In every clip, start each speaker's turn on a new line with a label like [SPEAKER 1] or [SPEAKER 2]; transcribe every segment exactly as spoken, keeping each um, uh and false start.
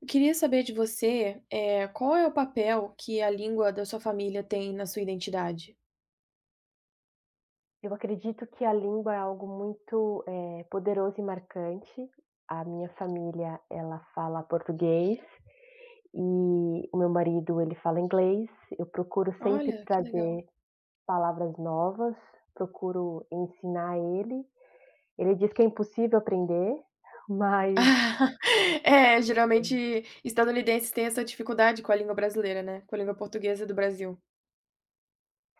[SPEAKER 1] Eu queria saber de você, eh, qual é o papel que a língua da sua família tem na sua identidade?
[SPEAKER 2] Eu acredito que a língua é algo muito, eh, poderoso e marcante. A minha família, ela fala português e o meu marido, ele fala inglês. Eu procuro sempre
[SPEAKER 1] Olha, que legal.
[SPEAKER 2] trazer palavras novas, procuro ensinar ele. Ele diz que é impossível aprender, mas
[SPEAKER 1] É, geralmente estadunidenses têm essa dificuldade com a língua brasileira, né, com a língua portuguesa do Brasil.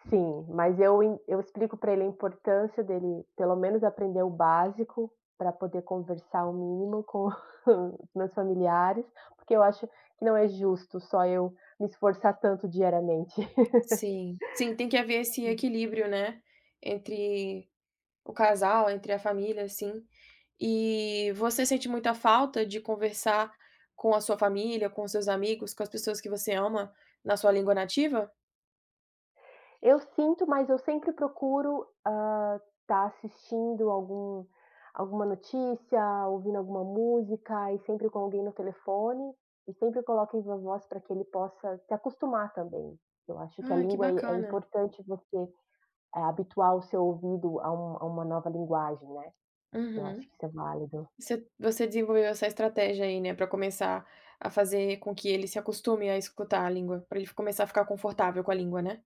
[SPEAKER 2] sim, mas eu en eu explico para ele a importância dele pelo menos aprender o básico, para poder conversar o mínimo com os meus familiares, porque eu acho que não é justo só eu me esforçar tanto diariamente.
[SPEAKER 1] Sim. Sim, tem que haver esse equilíbrio, né, entre o casal, entre a família, assim. E você sente muita falta de conversar com a sua família, com os seus amigos, com as pessoas que você ama na sua língua nativa?
[SPEAKER 2] Eu sinto, mas eu sempre procuro estar assistindo algum alguma notícia, ouvindo alguma música e sempre com alguém no telefone, e sempre coloco em viva voz para que ele possa se acostumar também. Eu acho que a
[SPEAKER 1] Ai, que
[SPEAKER 2] língua é é
[SPEAKER 1] bacana.
[SPEAKER 2] importante você é habituar o seu ouvido a um a uma nova linguagem, né, eu acho
[SPEAKER 1] Uhum.
[SPEAKER 2] que isso é válido.
[SPEAKER 1] Você você desenvolveu essa estratégia aí, né, pra começar a fazer com que ele se acostume a escutar a língua, pra ele começar a ficar confortável com a língua, né?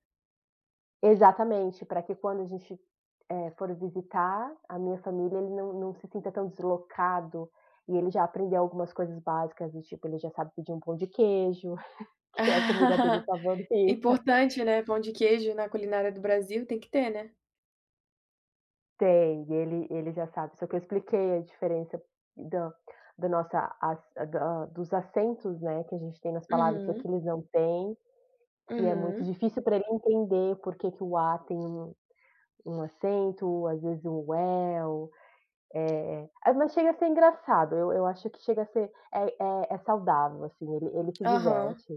[SPEAKER 2] Exatamente, para que quando a gente, eh, for visitar a minha família, ele não não se sinta tão deslocado, e ele já aprendeu algumas coisas básicas, do tipo, ele já sabe pedir um pão de queijo, que é a comida dele favorita.
[SPEAKER 1] Importante, né, pão de queijo na culinária do Brasil tem que ter, né?
[SPEAKER 2] Tem, e ele ele já sabe, só que eu expliquei a diferença da da nossa as da dos acentos, né, que a gente tem nas palavras, que aqui
[SPEAKER 1] Uhum,
[SPEAKER 2] eles não têm. Que é muito
[SPEAKER 1] uhum,
[SPEAKER 2] difícil para ele entender por que que o A tem um um acento, às vezes um é, ah, mas chega a ser engraçado, eu eu acho que chega a ser é é é saudável, assim, ele ele se
[SPEAKER 1] aham.
[SPEAKER 2] diverte,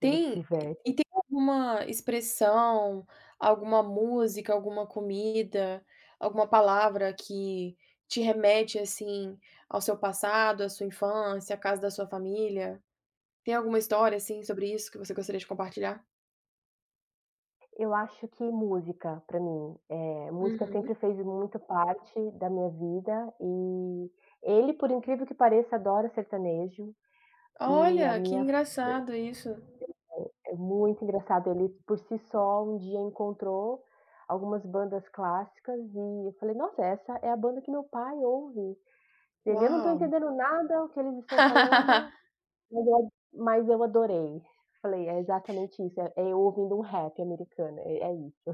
[SPEAKER 2] ele se
[SPEAKER 1] Tem e
[SPEAKER 2] diverte.
[SPEAKER 1] e tem alguma expressão, alguma música, alguma comida, alguma palavra que te remete, assim, ao seu passado, à sua infância, à casa da sua família? Tem alguma história, assim, sobre isso que você gostaria de compartilhar?
[SPEAKER 2] Eu acho que música para mim, é música
[SPEAKER 1] Uhum.
[SPEAKER 2] sempre fez muito parte da minha vida e ele, por incrível que pareça, adora sertanejo e a
[SPEAKER 1] Olha, que
[SPEAKER 2] minha.
[SPEAKER 1] engraçado isso.
[SPEAKER 2] É muito engraçado, ele por si só um dia encontrou algumas bandas clássicas e eu falei: "Nossa, essa é a banda que meu pai ouve". Ele: "Eu não estou
[SPEAKER 1] Uau.
[SPEAKER 2] entendendo nada o que eles estão falando, mas eu a mas eu adorei". Falei: "É exatamente isso, é é eu ouvindo um rap americano, é é isso".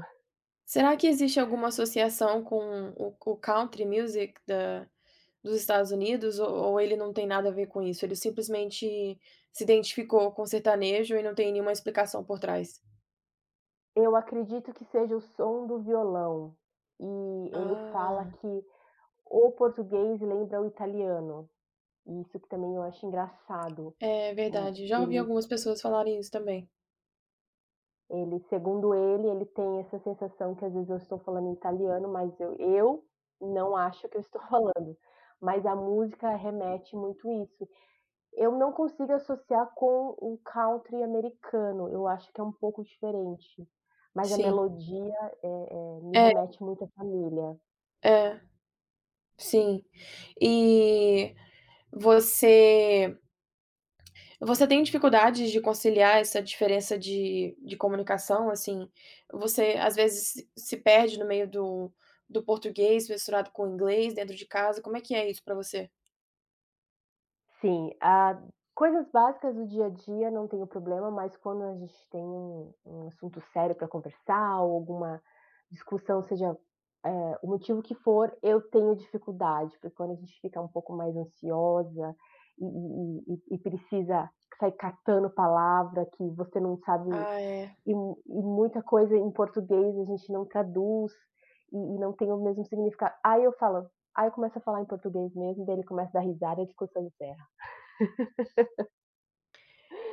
[SPEAKER 1] Será que existe alguma associação com o o country music da dos Estados Unidos ou ou ele não tem nada a ver com isso? Ele simplesmente se identificou com sertanejo e não tem nenhuma explicação por trás?
[SPEAKER 2] Eu acredito que seja o som do violão, e ele fala
[SPEAKER 1] Ah,
[SPEAKER 2] que o português lembra o italiano, e isso que também eu acho engraçado.
[SPEAKER 1] é
[SPEAKER 2] Hum,
[SPEAKER 1] verdade. Já ouvi
[SPEAKER 2] ele.
[SPEAKER 1] algumas pessoas falarem isso também.
[SPEAKER 2] Ele segundo ele, ele tem essa sensação que às vezes eu estou falando em italiano, mas eu eu não acho que eu estou falando, mas a música remete muito isso. Eu não consigo associar com o country americano, eu acho que é um pouco diferente, mas a
[SPEAKER 1] Sim.
[SPEAKER 2] melodia, eh eh, me
[SPEAKER 1] É,
[SPEAKER 2] remete muito à família.
[SPEAKER 1] é, sim. E você. Você tem dificuldades de conciliar essa diferença de de comunicação, assim? Você, às vezes, se se perde no meio do do português misturado com o inglês dentro de casa, como é que é isso pra você?
[SPEAKER 2] Sim, a coisas básicas do dia a dia não tenho problema, mas quando a gente tem um um assunto sério para conversar ou alguma discussão, seja, eh, o motivo que for, eu tenho dificuldade, porque quando a gente fica um pouco mais ansiosa e e e e precisa sair catando palavra que você não sabe,
[SPEAKER 1] Ah, é.
[SPEAKER 2] e mu e muita coisa em português a gente não traduz, e e não tem o mesmo significado. Aí eu falo aí eu começo a falar em português mesmo, daí ele começa a dar risada e a discussão encerra.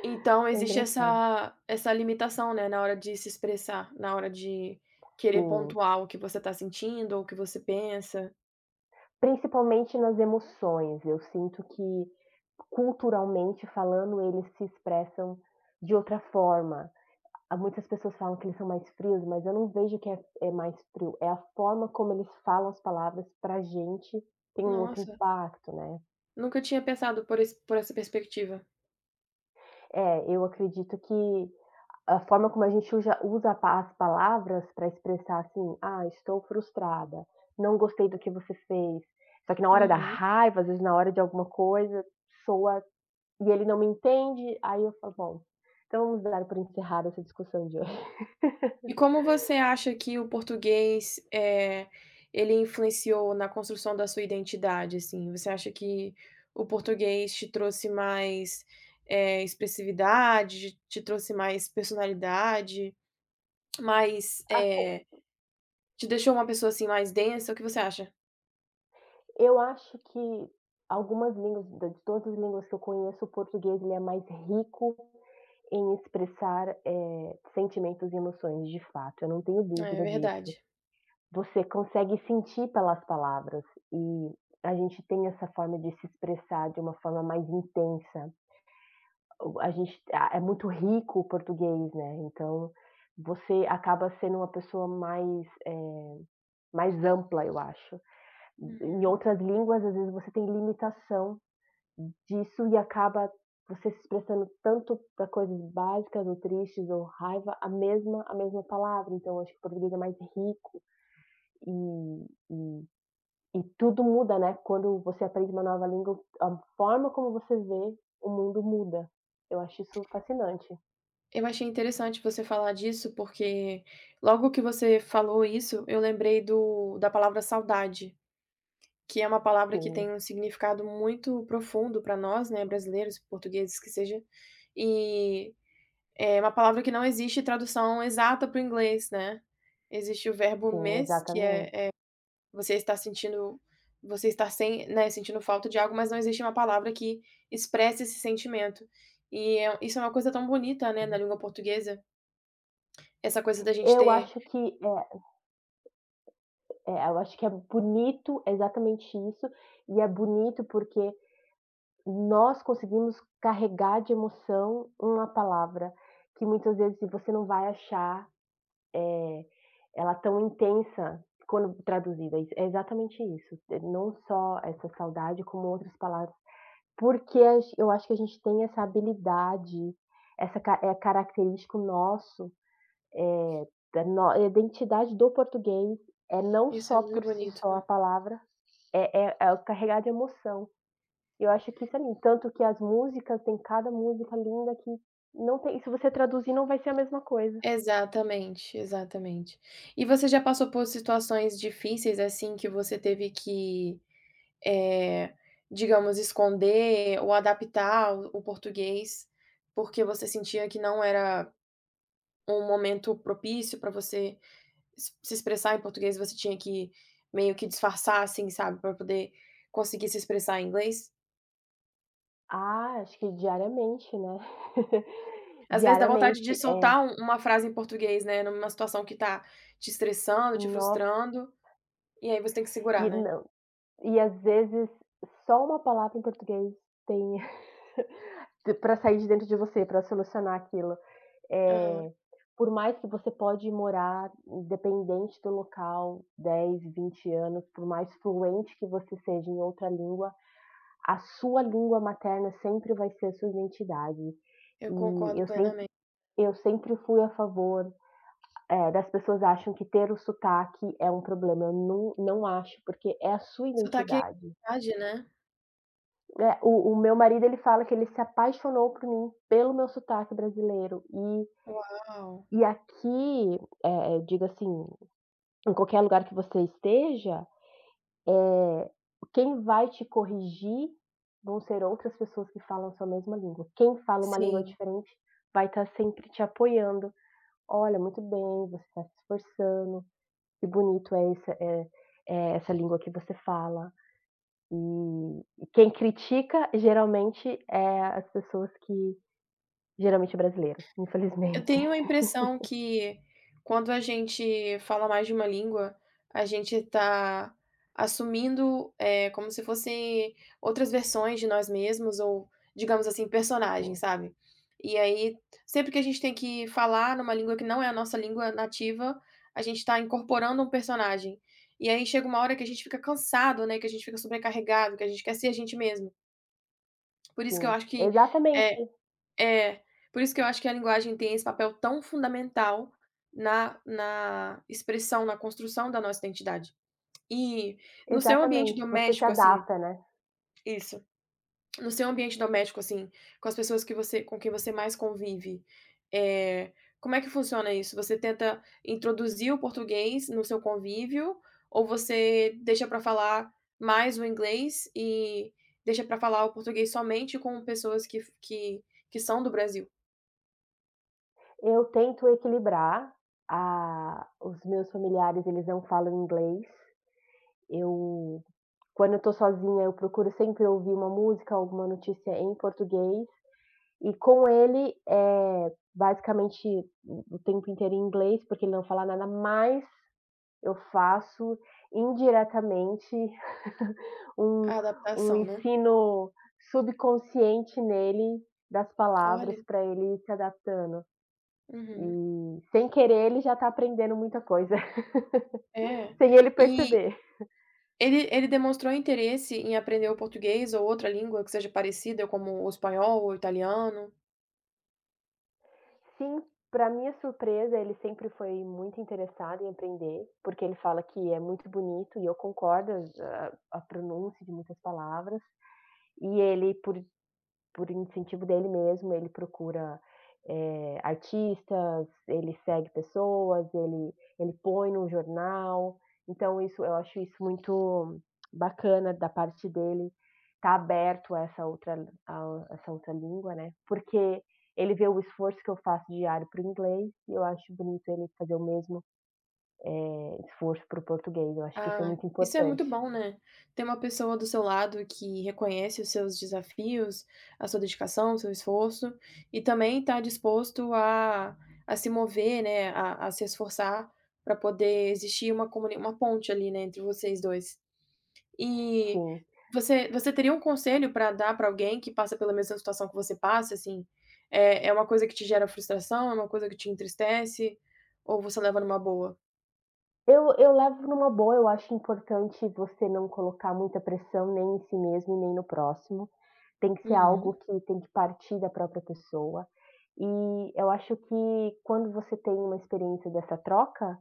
[SPEAKER 1] Então
[SPEAKER 2] É
[SPEAKER 1] existe
[SPEAKER 2] engraçado.
[SPEAKER 1] essa essa limitação, né, na hora de se expressar, na hora de querer
[SPEAKER 2] Sim,
[SPEAKER 1] pontuar o que você tá sentindo ou o que você pensa.
[SPEAKER 2] principalmente nas emoções, eu sinto que culturalmente falando, eles se expressam de outra forma. Há muitas pessoas falam que eles são mais frios, mas eu não vejo que é é mais frio, é a forma como eles falam as palavras pra gente, tem um outro
[SPEAKER 1] Nossa,
[SPEAKER 2] impacto, né.
[SPEAKER 1] nunca tinha pensado por esse por essa perspectiva.
[SPEAKER 2] É, eu acredito que a forma como a gente uja usa pa as palavras para expressar, assim: "Ah, estou frustrada", "Não gostei do que você fez", só que na hora da
[SPEAKER 1] Uhum.
[SPEAKER 2] raiva, às vezes na hora de alguma coisa, soa e ele não me entende, aí eu falo, bom, então vamos dar por encerrada essa discussão de hoje.
[SPEAKER 1] E como você acha que o português, eh, ele influenciou na construção da sua identidade, assim? Você acha que o português te trouxe mais, eh, expressividade, te trouxe mais personalidade, mais, eh, te deixou uma pessoa, assim, mais densa? O que você acha?
[SPEAKER 2] Eu acho que algumas línguas, de todas as línguas que eu conheço, o português ele é mais rico em expressar é, sentimentos e emoções, de fato, eu não tenho
[SPEAKER 1] É é
[SPEAKER 2] dúvida disso.
[SPEAKER 1] verdade.
[SPEAKER 2] Você consegue sentir pelas palavras e a gente tem essa forma de se expressar de uma forma mais intensa. O a gente a É muito rico o português, né, então você acaba sendo uma pessoa mais, eh, mais ampla, eu acho. Em
[SPEAKER 1] Uhum.
[SPEAKER 2] outras línguas, às vezes, você tem limitação disso e acaba você se expressando tanto para coisas básicas ou tristes ou raiva, a mesma a mesma palavra, então eu acho que o português é mais rico e e e tudo muda, né, quando você aprende uma nova língua, a forma como você vê o mundo muda. Eu acho isso fascinante.
[SPEAKER 1] Eu achei interessante você falar disso, porque logo que você falou isso, eu lembrei do da palavra saudade. Que é uma palavra que
[SPEAKER 2] Sim.
[SPEAKER 1] tem um significado muito profundo para nós, né, brasileiros, portugueses que seja, e é uma palavra que não existe tradução exata para o inglês, né. Existe o verbo
[SPEAKER 2] Sim,
[SPEAKER 1] miss, que
[SPEAKER 2] exatamente.
[SPEAKER 1] é é você está sentindo você está sem né, sentindo falta de algo, mas não existe uma palavra que expresse esse sentimento. E é isso é uma coisa tão bonita, né, na
[SPEAKER 2] Sim.
[SPEAKER 1] língua portuguesa, essa coisa da gente
[SPEAKER 2] Eu
[SPEAKER 1] ter
[SPEAKER 2] acho que é É, eu acho que é bonito exatamente isso, e é bonito porque nós conseguimos carregar de emoção uma palavra que muitas vezes você não vai achar, eh, ela tão intensa quando traduzida. Isso é exatamente isso, é não só essa saudade, como outras palavras, porque a gen eu acho que a gente tem essa habilidade, essa ca é característico nosso. Da no a identidade do português é não
[SPEAKER 1] isso é
[SPEAKER 2] só
[SPEAKER 1] muito
[SPEAKER 2] por si
[SPEAKER 1] bonito.
[SPEAKER 2] só a palavra, é é é carregada de emoção. E eu acho que isso é lindo, tanto que as músicas, tem cada música linda que não tem, se você traduzir não vai ser a mesma coisa.
[SPEAKER 1] Exatamente, exatamente. E você já passou por situações difíceis, assim, que você teve que, eh, digamos, esconder ou adaptar o o português, porque você sentia que não era um momento propício para você se se expressar em português, você tinha que meio que disfarçar, assim, sabe, para poder conseguir se expressar em inglês?
[SPEAKER 2] Ah, acho que diariamente, né.
[SPEAKER 1] Às vezes dá vontade
[SPEAKER 2] Diariamente,
[SPEAKER 1] de
[SPEAKER 2] é.
[SPEAKER 1] soltar um uma frase em português, né, numa situação que tá te estressando, te
[SPEAKER 2] Nossa,
[SPEAKER 1] frustrando, e aí você tem que segurar,
[SPEAKER 2] e
[SPEAKER 1] né?
[SPEAKER 2] não e às vezes só uma palavra em português tem para sair de dentro de você, para solucionar aquilo.
[SPEAKER 1] Aham,
[SPEAKER 2] Eh, por mais que você pode morar, independente do local, dez, vinte anos, por mais fluente que você seja em outra língua, a sua língua materna sempre vai ser a sua identidade.
[SPEAKER 1] eu
[SPEAKER 2] E
[SPEAKER 1] concordo
[SPEAKER 2] eu sempre
[SPEAKER 1] plenamente.
[SPEAKER 2] eu sempre fui a favor, eh, das pessoas acham que ter o sotaque é um problema, eu não não acho, porque é a sua
[SPEAKER 1] Sotaque é
[SPEAKER 2] identidade.
[SPEAKER 1] identidade, né?
[SPEAKER 2] É, o o meu marido ele fala que ele se apaixonou por mim, pelo meu sotaque brasileiro, e
[SPEAKER 1] Uau!
[SPEAKER 2] e aqui, eh eh, digo assim, em qualquer lugar que você esteja, quem vai te corrigir vão ser outras pessoas que falam a sua mesma língua. Quem fala uma língua
[SPEAKER 1] Sim.
[SPEAKER 2] diferente vai estar sempre te apoiando. Olha, muito bem, você está se esforçando, que bonito é essa, é, é essa língua que você fala. E, e quem critica geralmente é as pessoas que geralmente é brasileiro,
[SPEAKER 1] Eu
[SPEAKER 2] infelizmente.
[SPEAKER 1] tenho a impressão que quando a gente fala mais de uma língua, a gente está assumindo, eh, como se fossem outras versões de nós mesmos ou, digamos assim, personagens,
[SPEAKER 2] Sim.
[SPEAKER 1] sabe. E aí, sempre que a gente tem que falar numa língua que não é a nossa língua nativa, a gente está incorporando um personagem. E aí chega uma hora que a gente fica cansado, né, que a gente fica sobrecarregado, que a gente quer ser a gente mesmo. Por isso que eu
[SPEAKER 2] Sim,
[SPEAKER 1] acho que,
[SPEAKER 2] exatamente,
[SPEAKER 1] eh é, por isso que eu acho que a linguagem tem esse papel tão fundamental na na expressão, na construção da nossa identidade. E no seu ambiente
[SPEAKER 2] exatamente. Você se
[SPEAKER 1] doméstico, assim
[SPEAKER 2] adapta, né?
[SPEAKER 1] isso. No seu ambiente doméstico, assim, com as pessoas que você com quem você mais convive, eh, como é que funciona isso? Você tenta introduzir o português no seu convívio ou você deixa para falar mais o inglês e deixa para falar o português somente com pessoas que que que são do Brasil?
[SPEAKER 2] Eu tento equilibrar, ah, os meus familiares eles não falam inglês, eu quando eu estou sozinha eu procuro sempre ouvir uma música, alguma notícia em português, e com ele é basicamente o o tempo inteiro em inglês, porque ele não fala nada, mas eu faço indiretamente um
[SPEAKER 1] A
[SPEAKER 2] um
[SPEAKER 1] adaptação, né.
[SPEAKER 2] ensino subconsciente nele das
[SPEAKER 1] Olha,
[SPEAKER 2] palavras para ele ir se adaptando.
[SPEAKER 1] uhum.
[SPEAKER 2] E sem querer ele já está aprendendo muita coisa,
[SPEAKER 1] É.
[SPEAKER 2] sem ele
[SPEAKER 1] E
[SPEAKER 2] perceber.
[SPEAKER 1] ele ele demonstrou interesse em aprender o português ou outra língua que seja parecida, como o espanhol ou o italiano?
[SPEAKER 2] Sim, para minha surpresa, ele sempre foi muito interessado em aprender, porque ele fala que é muito bonito e eu concordo, a, a pronúncia de muitas palavras. E ele, por Por incentivo dele mesmo, ele procura, eh, artistas, ele segue pessoas, ele ele põe no jornal. Então isso, eu acho isso muito bacana da parte dele, tá aberto a essa outra, a essa outra língua, né, porque ele vê o esforço que eu faço diário para o inglês e eu acho bonito ele fazer o mesmo, eh, esforço para o português. Eu acho que isso é
[SPEAKER 1] Ah,
[SPEAKER 2] muito
[SPEAKER 1] isso é muito
[SPEAKER 2] importante.
[SPEAKER 1] bom, né. Ter uma pessoa do seu lado que reconhece os seus desafios, a sua dedicação, o seu esforço, e também está disposto a a se mover, né, a a se esforçar para poder existir uma comuni uma ponte ali, né, entre vocês dois. E
[SPEAKER 2] Sim.
[SPEAKER 1] você você teria um conselho para dar para alguém que passa pela mesma situação que você passa, assim? É é uma coisa que te gera frustração, é uma coisa que te entristece, ou você leva numa boa?
[SPEAKER 2] Eu eu levo numa boa, eu acho importante você não colocar muita pressão nem em si mesmo e nem no próximo. Tem que ser algo
[SPEAKER 1] Uhum,
[SPEAKER 2] que tem que partir da própria pessoa. E eu acho que quando você tem uma experiência dessa troca,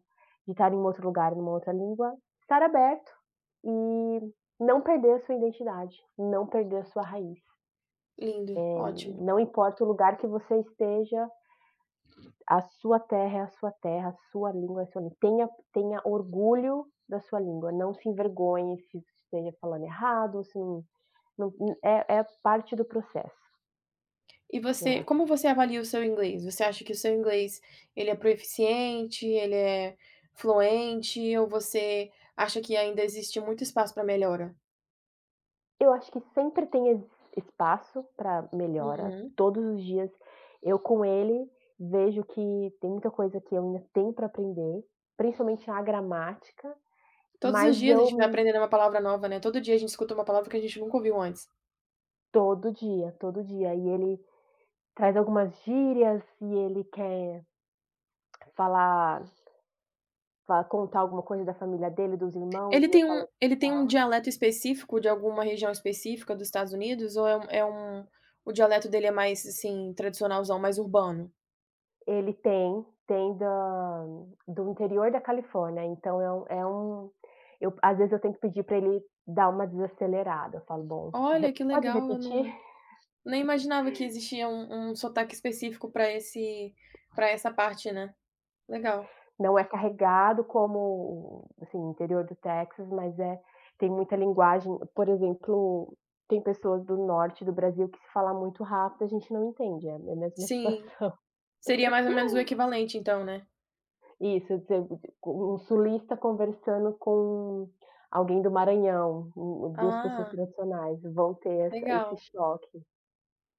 [SPEAKER 2] de estar em um outro lugar, numa outra língua, estar aberto e não perder a sua identidade, não perder a sua raiz.
[SPEAKER 1] lindo, ótimo.
[SPEAKER 2] Não importa o lugar que você esteja, a sua terra é a sua terra, a sua língua é a sua língua. Tenha tenha orgulho da sua língua, não se envergonhe se esteja falando errado, se não não é é parte do processo,
[SPEAKER 1] E
[SPEAKER 2] eu
[SPEAKER 1] você
[SPEAKER 2] acho.
[SPEAKER 1] como você avalia o seu inglês? Você acha que o seu inglês, ele é proeficiente, ele é fluente, ou você acha que ainda existe muito espaço para melhora?
[SPEAKER 2] Eu acho que sempre tem es espaço para melhora,
[SPEAKER 1] Uhum.
[SPEAKER 2] todos os dias eu com ele vejo que tem muita coisa que eu ainda tenho para aprender, principalmente a gramática,
[SPEAKER 1] Todos os
[SPEAKER 2] mas
[SPEAKER 1] dias a gente vai
[SPEAKER 2] eu
[SPEAKER 1] aprendendo uma palavra nova, né, todo dia a gente escuta uma palavra que a gente nunca ouviu antes.
[SPEAKER 2] todo dia, todo dia, e ele traz algumas gírias e ele quer falar. Fa Contar alguma coisa da família dele, dos irmãos,
[SPEAKER 1] Ele
[SPEAKER 2] e eu
[SPEAKER 1] tem
[SPEAKER 2] falo
[SPEAKER 1] um
[SPEAKER 2] assim
[SPEAKER 1] ele tem um
[SPEAKER 2] tal.
[SPEAKER 1] dialeto específico de alguma região específica dos Estados Unidos ou é um é um o dialeto dele é mais, assim, tradicionalzão, mais urbano?
[SPEAKER 2] Ele tem, tem da do interior da Califórnia, então é um é um, eu às vezes eu tenho que pedir para ele dar uma desacelerada, eu falo: "Bom, re
[SPEAKER 1] Olha, que
[SPEAKER 2] pode
[SPEAKER 1] legal, eu
[SPEAKER 2] repetir?".
[SPEAKER 1] não nem imaginava que existia um um sotaque específico para esse para essa parte, né. Legal.
[SPEAKER 2] Não é carregado como, assim, interior do Texas, mas é, tem muita linguagem, por exemplo, tem pessoas do norte do Brasil que, se falar muito rápido, a gente não entende, é a mesma
[SPEAKER 1] Sim,
[SPEAKER 2] situação.
[SPEAKER 1] seria mais ou menos o equivalente então, né.
[SPEAKER 2] Isso, dizer, um sulista conversando com alguém do Maranhão, um duas pessoas
[SPEAKER 1] Ah,
[SPEAKER 2] tradicionais, vão ter essa esse
[SPEAKER 1] legal.
[SPEAKER 2] choque,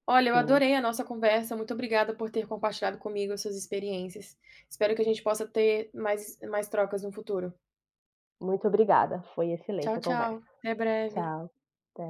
[SPEAKER 1] Olha, eu
[SPEAKER 2] sim.
[SPEAKER 1] adorei a nossa conversa, muito obrigada por ter compartilhado comigo as suas experiências. Espero que a gente possa ter mais mais trocas no futuro.
[SPEAKER 2] Muito obrigada, foi excelente
[SPEAKER 1] Tchau,
[SPEAKER 2] a conversa.
[SPEAKER 1] tchau. Até breve.
[SPEAKER 2] Tchau, até.